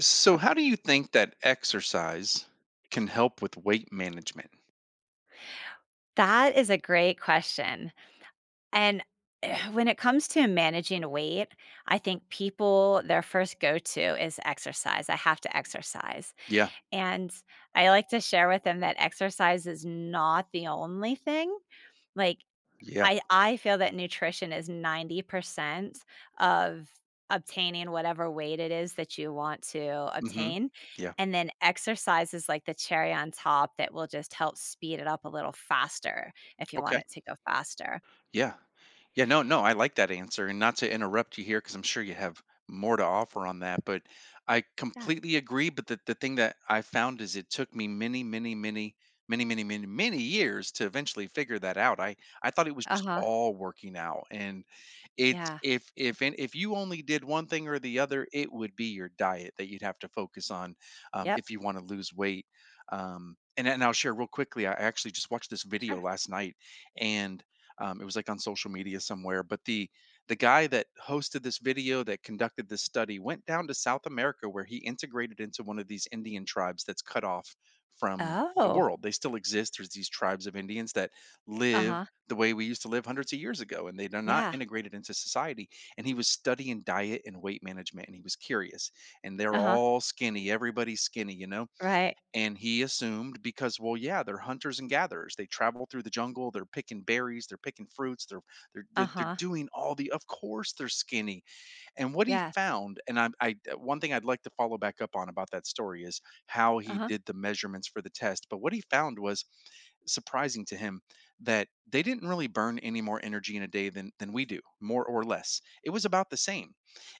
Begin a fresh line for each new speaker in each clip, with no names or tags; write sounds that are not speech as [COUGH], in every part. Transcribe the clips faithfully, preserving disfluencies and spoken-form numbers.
So, how do you think that exercise can help with weight management?
That is a great question. And eh, when it comes to managing weight, I think people, their first go to is exercise. I have to exercise.
Yeah,
And I like to share with them that exercise is not the only thing. Like,
yeah,
I I feel that nutrition is ninety percent of obtaining whatever weight it is that you want to
hmm
obtain,
yeah.
and then exercise is like the cherry on top that will just help speed it up a little faster if you
Okay.
want it to go faster.
Yeah. Yeah, no, no, I like that answer. And not to interrupt you here, because I'm sure you have more to offer on that, but I
Yeah.
completely agree. But the, the thing that I found is it took me many, many, many, many, many, many, many years to eventually figure that out. I, I thought it was just
Uh-huh.
all working out. And it's
Yeah.
if if and if you only did one thing or the other, it would be your diet that you'd have to focus on um,
Yep.
if you want to lose weight. Um, and, and I'll share real quickly. I actually just watched this video
Sure.
last night and um, it was like on social media somewhere, but the the guy that hosted this video that conducted this study went down to South America, where he integrated into one of these Indian tribes that's cut off from the
Oh.
world. They still exist. There's these tribes of Indians that live
Uh-huh.
the way we used to live hundreds of years ago, and they are not
Yeah.
integrated into society. And he was studying diet and weight management, and he was curious, and they're
Uh-huh.
all skinny. Everybody's skinny, you know.
Right.
And he assumed because, well, yeah, they're hunters and gatherers. They travel through the jungle. They're picking berries. They're picking fruits. They're they're they're, they're
Uh-huh.
doing all the. Of course, they're skinny. And what he
Yes.
found, and I, I uh, one thing I'd like to follow back up on about that story is how he
Uh-huh.
did the measurements for the test. But what he found was surprising to him, that they didn't really burn any more energy in a day than than we do, more or less. It was about the same.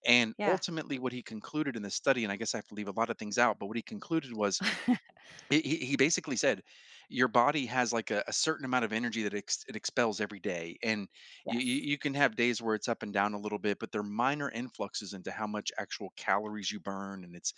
And
Yeah.
ultimately, what he concluded in the study, and I guess I have to leave a lot of things out, but what he concluded was
[LAUGHS]
he he he basically said your body has like a, a certain amount of energy that ex- it expels every day. And you, you
Yes.
you can have days where it's up and down a little bit, but they're minor influxes into how much actual calories you burn. And it's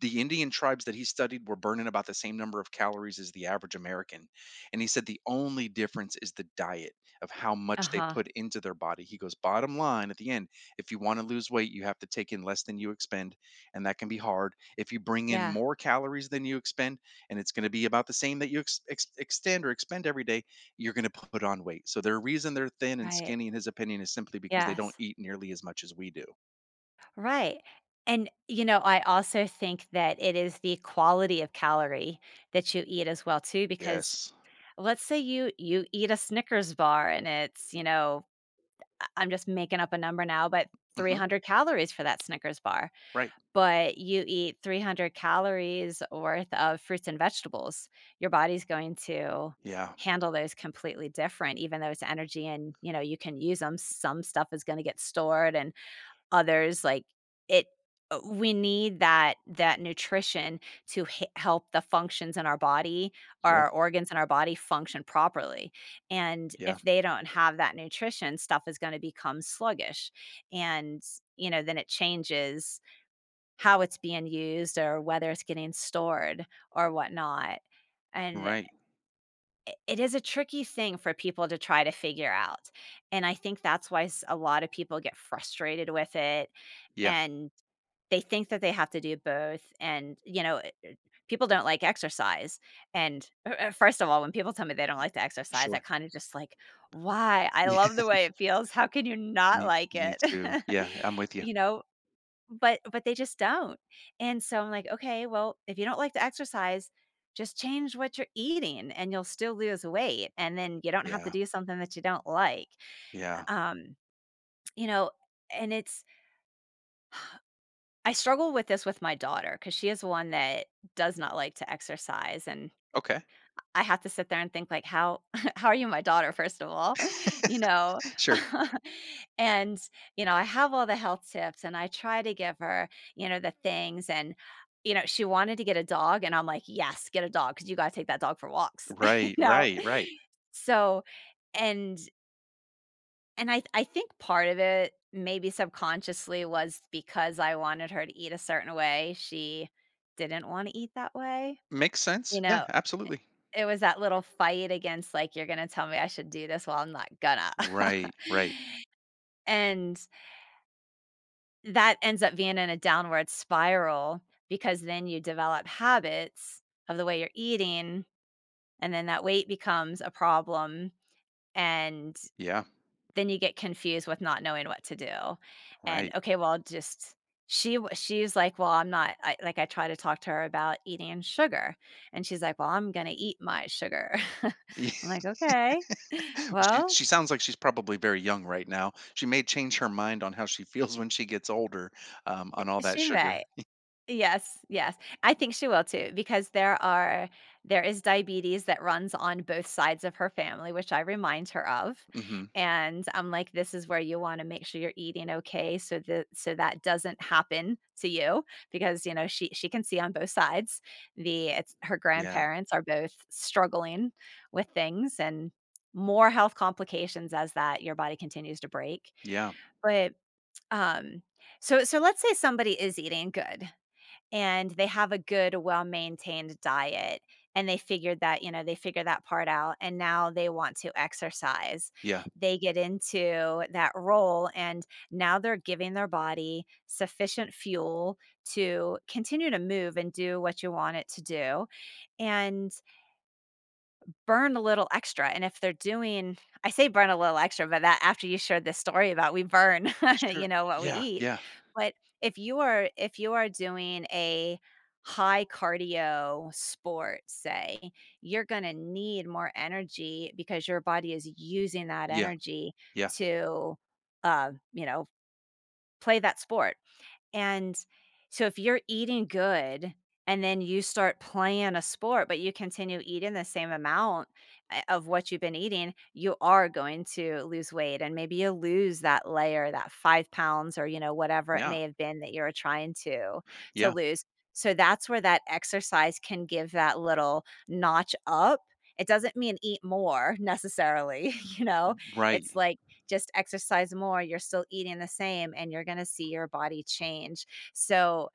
the Indian tribes that he studied were burning about the same number of calories as the average American. And he said the only difference is the diet of how much they
Uh-huh.
put into their body. He goes, bottom line at the end, if you want to lose weight, you have to take in less than you expend. And that can be hard. If you bring in
Yeah.
more calories than you expend, and it's going to be about the same that you ex- ex- extend or expend every day, you're going to put on weight. So the reason they're thin and
Right.
skinny, in his opinion, is simply because they don't
Yes.
eat nearly as much as we do.
Right. And, you know, I also think that it is the quality of calorie that you eat as well too because
Yes.
let's say you you eat a Snickers bar and it's, you know, I- I'm just making up a number now, but
Hmm.
three hundred calories for that Snickers bar.
Right.
But you eat three hundred calories worth of fruits and vegetables. Your body's going to
Yeah.
handle those completely different even though it's energy and, you know, you can use them. Some stuff is going to get stored and others, like, it uh, we need that that nutrition to he help the functions in our body,
Yeah.
our organs in our body function properly, and
Yeah.
if they don't have that nutrition, stuff is gonna become sluggish, and, you know, then it changes how it's being used or whether it's getting stored or whatnot, and I
Right.
it is a tricky thing for people to try to figure out, and I think that's why s a lot of people get frustrated with it
Yeah,
and they think that they have to do both, and, you know, eh, people don't like exercise, and, uh uh, first of all, when people tell me they don't like to exercise, I
sure.
kinda just like, "Why? I love
Yeah,
the way it feels, how can you
[LAUGHS]
not
me
like
me
it?"
too.
[LAUGHS]
Yeah, I'm with you.
You know? But but they just don't, and so I'm like, "Okay, well, if you don't like to exercise, just change what you're eating and you'll still lose weight, and then you don't have to
Yeah,
do something that you don't like."
yeah.
Um, you know, and it's I struggle with this with my daughter because she is one that does not like to exercise, and
Okay,
I have to sit there and think like, "How [LAUGHS] how are you my daughter, first of all?" [LAUGHS] You know?
[LAUGHS] sure.
[LAUGHS] And, you know, I have all the health tips, and I try to give her, you know, the things, and, you know, she wanted to get a dog, and I'm like, "Yes, get a dog, because you gotta take that dog for walks." [LAUGHS] You
Right,
know?
right, right.
So and and I I think part of it, maybe subconsciously, was because I wanted her to eat a certain way, she didn't wanna eat that way,
Makes
you
sense. Yeah,
know?
absolutely.
It was that little fight against, like, "You're gonna tell me I should do this? Well, I'm not gonna."
Right, right.
[LAUGHS] And that ends up being in a downward spiral because then you develop habits of the way you're eating, and then that weight becomes a problem, and
Yeah,
then you get confused with not knowing what to do. And
right.
okay, well, just she w- she's like, well, I'm not I, like I try to talk to her about eating sugar, and she's like, well, I'm gonna eat my sugar. [LAUGHS] I'm like,
[LAUGHS]
okay,
Yeah. Well, she
well,
she sounds like she's probably very young right now. She may change her mind on how she feels when she gets older, um, on all that
she
sugar.
may. Yes, yes. I think she will too because there are there is diabetes that runs on both sides of her family, which I remind her of.
Mhm.
And I'm like, this is where you want to make sure you're eating okay so that so that doesn't happen to you because you know she she can see on both sides. The It's her
Yeah,
grandparents are both struggling with things and more health complications as that your body continues to break.
yeah,
But um so so let's say somebody is eating good and they have a good, well-maintained diet, and they figured that you know, they figured that part out, and now they want to exercise.
yeah.
They get into that role, and now they're giving their body sufficient fuel to continue to move and do what you want it to do, and burn a little extra, and if they're doing I say burn a little extra, but that after you shared this story about we burn, [LAUGHS]
Sure.
you know, what we
Yeah,
eat.
yeah,
But if you are if you are doing a high cardio sport, say, you're gonna need more energy because your body is using that
yeah,
energy
yeah,
to, uh, you know, play that sport. And so if you're eating good and then you start playing a sport, but you continue eating the same amount uh, of what you've been eating, you are going to lose weight. And maybe you lose that layer, that five pounds or, you know, whatever it
yeah,
may have been that you're trying to to
yeah.
lose. So that's where that exercise can give that little notch up. It doesn't mean eat more necessarily, [LAUGHS] you know. It's
Right.
like just exercise more, you're still eating the same and you're going to see your body change. So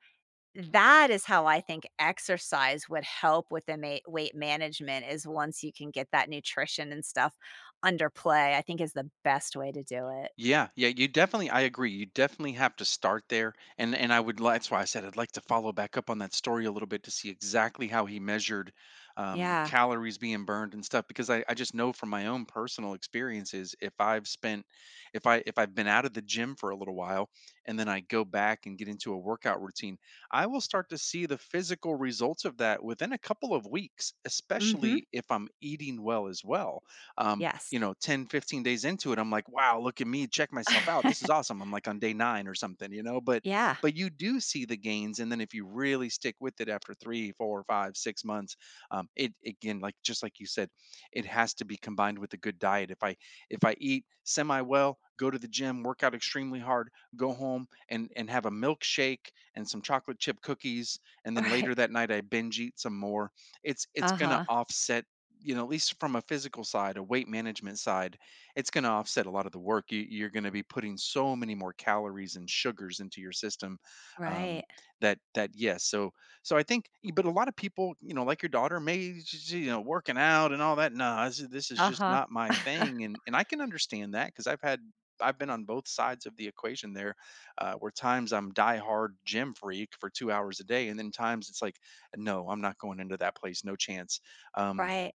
that is how I think exercise would help with the ma- weight management is once you can get that nutrition and stuff under play, I think is the best way to do it.
Yeah, yeah, you definitely I agree. You definitely have to start there. And and I would li- that's why I said I'd like to follow back up on that story a little bit to see exactly how he measured um
Yeah.
calories being burned and stuff, because I, I just know from my own personal experiences if I've spent if I if I've been out of the gym for a little while and then I go back and get into a workout routine, I will start to see the physical results of that within a couple of weeks,
Mm-hmm.
especially if I'm eating well as well. um,
Yes.
you know, ten, fifteen days into it, I'm like, wow, look at me, check myself out. This is
[LAUGHS]
awesome. I'm like on day nine or something, you know, but
Yeah.
but you do see the gains. And then if you really stick with it after three, four, five, six months, um, it again, like just like you said, it has to be combined with a good diet. If I if I eat semi well, go to the gym, work out extremely hard, go home and and have a milkshake and some chocolate chip cookies, and then later
Right.
that night I binge eat some more. It's it's gonna
Uh-huh.
offset, you know, at least from a physical side, a weight management side, it's going to offset a lot of the work. You, you're going to be putting so many more calories and sugars into your system. Um,
Right.
that that yes, so so I think, but a lot of people, you know, like your daughter, may just, you know, working out and all that. Nah, this, is- this is just
Uh-huh.
not my
[LAUGHS]
thing, and and I can understand that because I've had. I've been on both sides of the equation there, uh, where times I'm diehard gym freak for two hours a day, and then times it's like, no, I'm not going into that place, no chance. Um,
Right.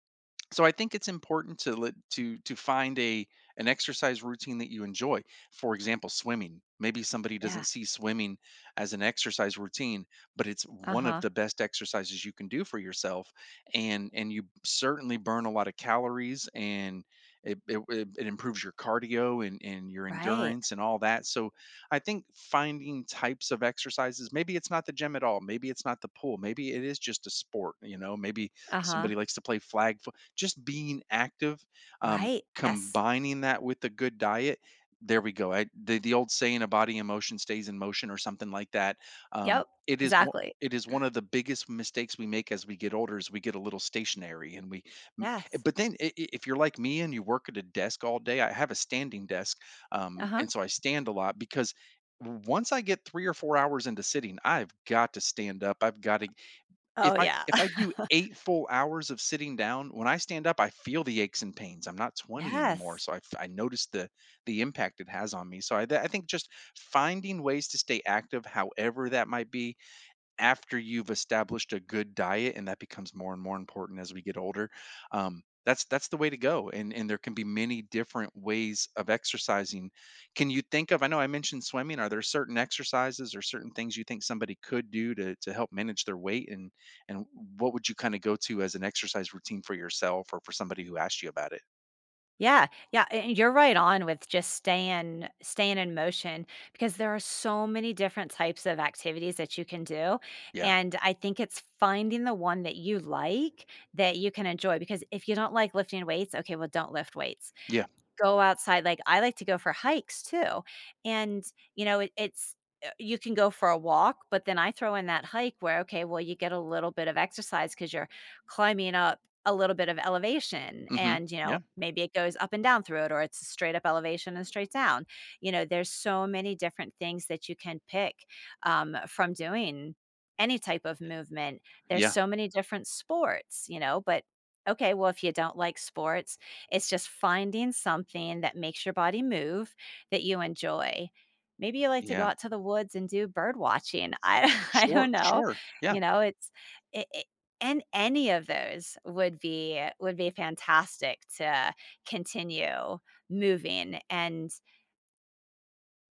so I think it's important to let to to find a an exercise routine that you enjoy. For example, swimming. Maybe somebody doesn't
Yeah.
see swimming as an exercise routine, but it's one of
Uh-huh.
the best exercises you can do for yourself, and and you certainly burn a lot of calories, and it it, it it improves your cardio and and your
Right.
endurance and all that. So I think finding types of exercises. Maybe it's not the gym at all. Maybe it's not the pool. Maybe it is just a sport. You know, maybe
Uh-huh.
somebody likes to play flag, just being active, um,
Right. Yes.
combining that with a good diet. There we go. I, the the old saying, "A body in motion stays in motion," or something like that. Um,
Yep.
it is one-
Exactly.
it is one of the biggest mistakes we make as we get older. Is we get a little stationary and we, m- eh,
Yes.
but then i- i- if you're like me and you work at a desk all day, I have a standing desk, um,
Uh-huh.
and so I stand a lot because once I get three or four hours into sitting, I've got to stand up. I've got to if
Oh,
I
yeah.
if I
[LAUGHS]
do eight full hours of sitting down, when I stand up, I feel the aches and pains. I'm not twenty anymore,
Yes.
so I f I notice the the impact it has on me. So I th I think just finding ways to stay active, however that might be, after you've established a good diet. And that becomes more and more important as we get older. um, that's that's the way to go, and and there can be many different ways of exercising. Can you think of, I know I mentioned swimming, are there certain exercises or certain things you think somebody could do to to help manage their weight, and and what would you kind of go to as an exercise routine for yourself or for somebody who asked you about it?
Yeah, yeah, and you're right on with just staying staying in motion because there are so many different types of activities that you can do,
Yeah,
and I think it's finding the one that you like that you can enjoy because if you don't like lifting weights, okay, well, don't lift weights.
yeah,
Go outside, like, I like to go for hikes too, and, you know, it it's uh, you can go for a walk, but then I throw in that hike where, okay, well, you get a little bit of exercise because 'cause you're climbing up a little bit of elevation
hmm,
and, you know,
yeah,
maybe it goes up and down through it or it's straight up elevation and straight down. You know, there's so many different things that you can pick, um, from doing any type of movement. There's
yeah,
so many different sports, you know, but okay, well, if you don't like sports, it's just finding something that makes your body move that you enjoy. Maybe you like to go
yeah.
out to the woods and do bird watching. I [LAUGHS] I
Sure,
don't know.
sure. Yeah,
You know, it's it, it and any of those would be would be fantastic to continue moving and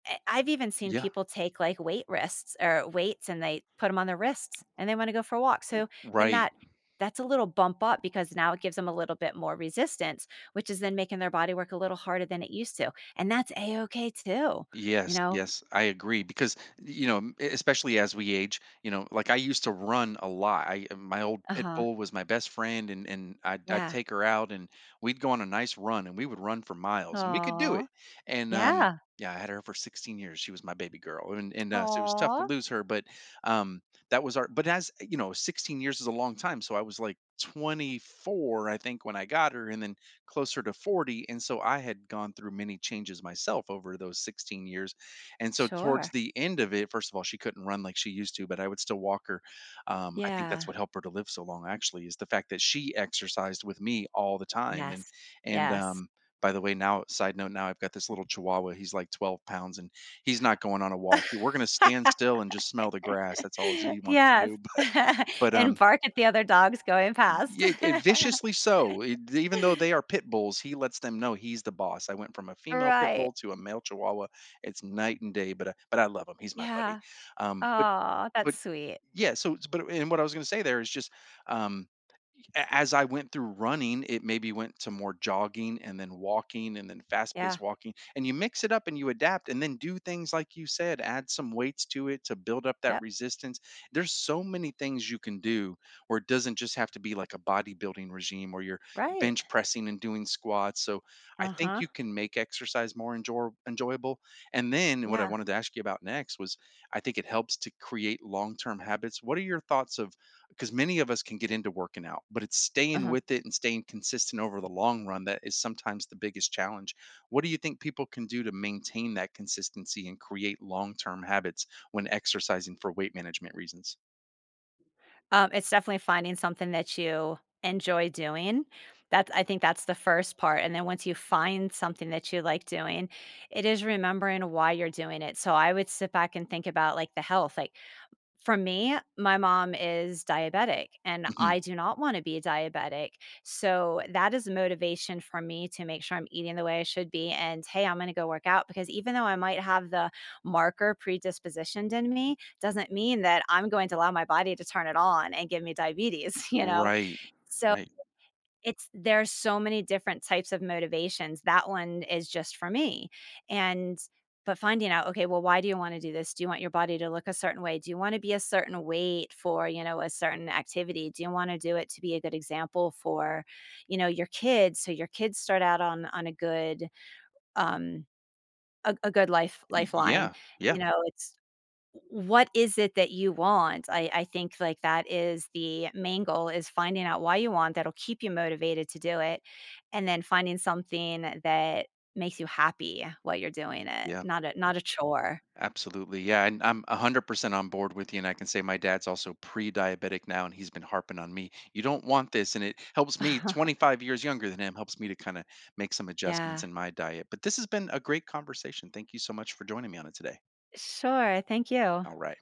I I've even seen
yeah,
people take, like, weight wrists or weights, and they put them on their wrists, and they wanna go for a walk, so then
right.
that that's a little bump up because now it gives them a little bit more resistance, which is then making their body work a little harder than it used to, and that's A-okay too, you
Yes,
know?
yes, I agree, because you know, m- e, especially as we age, you know, like I used to run a lot. I uh, my old pit
Uh-huh.
bull was my best friend, and and I'd, I'd
Yeah.
take her out, and we'd go on a nice run, and we would run for miles, and we could do it.
Aw.
And um,
Yeah.
yeah, I had her for sixteen years. She was my baby girl, and and uh, so it was tough to
Aw.
lose her. But um, that was our. But as you know, sixteen years is a long time, so I was like twenty-four, I think, when I got her, and then closer to forty. And so I had gone through many changes myself over those sixteen years. And so towards
Sure.
the end of it, first of all, she couldn't run like she used to, but I would still walk her. Um, I think that's
Yeah.
what helped her to live so long actually is the fact that she exercised with me all the time. And
Yes.
and
Yes.
um by the way, now side note, now I've got this little chihuahua. He's like twelve pounds, and he's not going on a walk.
[LAUGHS]
We're gonna stand still and just smell the grass. That's all he wants to
Yes.
do. [LAUGHS]
[LAUGHS]
But, but
And
um
bark at the other dogs going past.
yeah, eh,
[LAUGHS]
viciously so, e even though they are pit bulls, he lets them know he's the boss. I went from a female pit
Right.
bull to a male chihuahua. It's night and day, but I but I love him. He's my buddy.
Yeah.
Um, but
Oh, that's
but
sweet.
yeah, so but and what I was gonna say there is just, um as I went through running, it maybe went to more jogging and then walking and then fast
Yeah.
paced walking. And you mix it up and you adapt and then do things like you said, add some weights to it to build up that
Yep.
resistance. There's so many things you can do where it doesn't just have to be like a bodybuilding regime where you're
Right.
bench pressing and doing squats. So I think
Uh-huh.
you can make exercise more enjoy- enjoyable. And then what I
Yeah.
wanted to ask you about next was I think it helps to create long term habits. What are your thoughts of? Because many of us can get into working out, but it's staying
Uh-huh.
with it and staying consistent over the long run that is sometimes the biggest challenge. What do you think people can do to maintain that consistency and create long term habits when exercising for weight management reasons?
Um, it's definitely finding something that you enjoy doing. That's I think that's the first part, and then once you find something that you like doing, it is remembering why you're doing it. So I would sit back and think about, like, the health, like, for me, my mom is diabetic, and
Mhm.
I do not wanna be diabetic, so that is motivation for me to make sure I'm eating the way I should be, and, "Hey, I'm gonna go work out," because even though I might have the marker predispositioned in me, doesn't mean that I'm going to allow my body to turn it on and give me diabetes, [LAUGHS] you know?
Right.
So
Right.
it's there's so many different types of motivations. That one is just for me, and but finding out, okay, well, why do you wanna do this? Do you want your body to look a certain way? Do you wanna be a certain weight for, you know, a certain activity? Do you wanna do it to be a good example for, you know, your kids, so your kids start out on on a good, um, a a good life
Y-
lifeline?
Yeah. Yeah.
You know, it's what is it that you want? I, I think like that is the main goal is finding out why you want that'll keep you motivated to do it and then finding something that makes you happy while you're doing it,
Yeah.
not a not a chore.
Absolutely. Yeah. And I'm one hundred percent on board with you. And I can say my dad's also pre diabetic now, and he's been harping on me. You don't want this. And it helps me,
[LAUGHS]
twenty-five years younger than him, helps me to kind of make some adjustments
Yeah.
in my diet. But this has been a great conversation. Thank you so much for joining me on it today.
Sure. Thank you.
All right.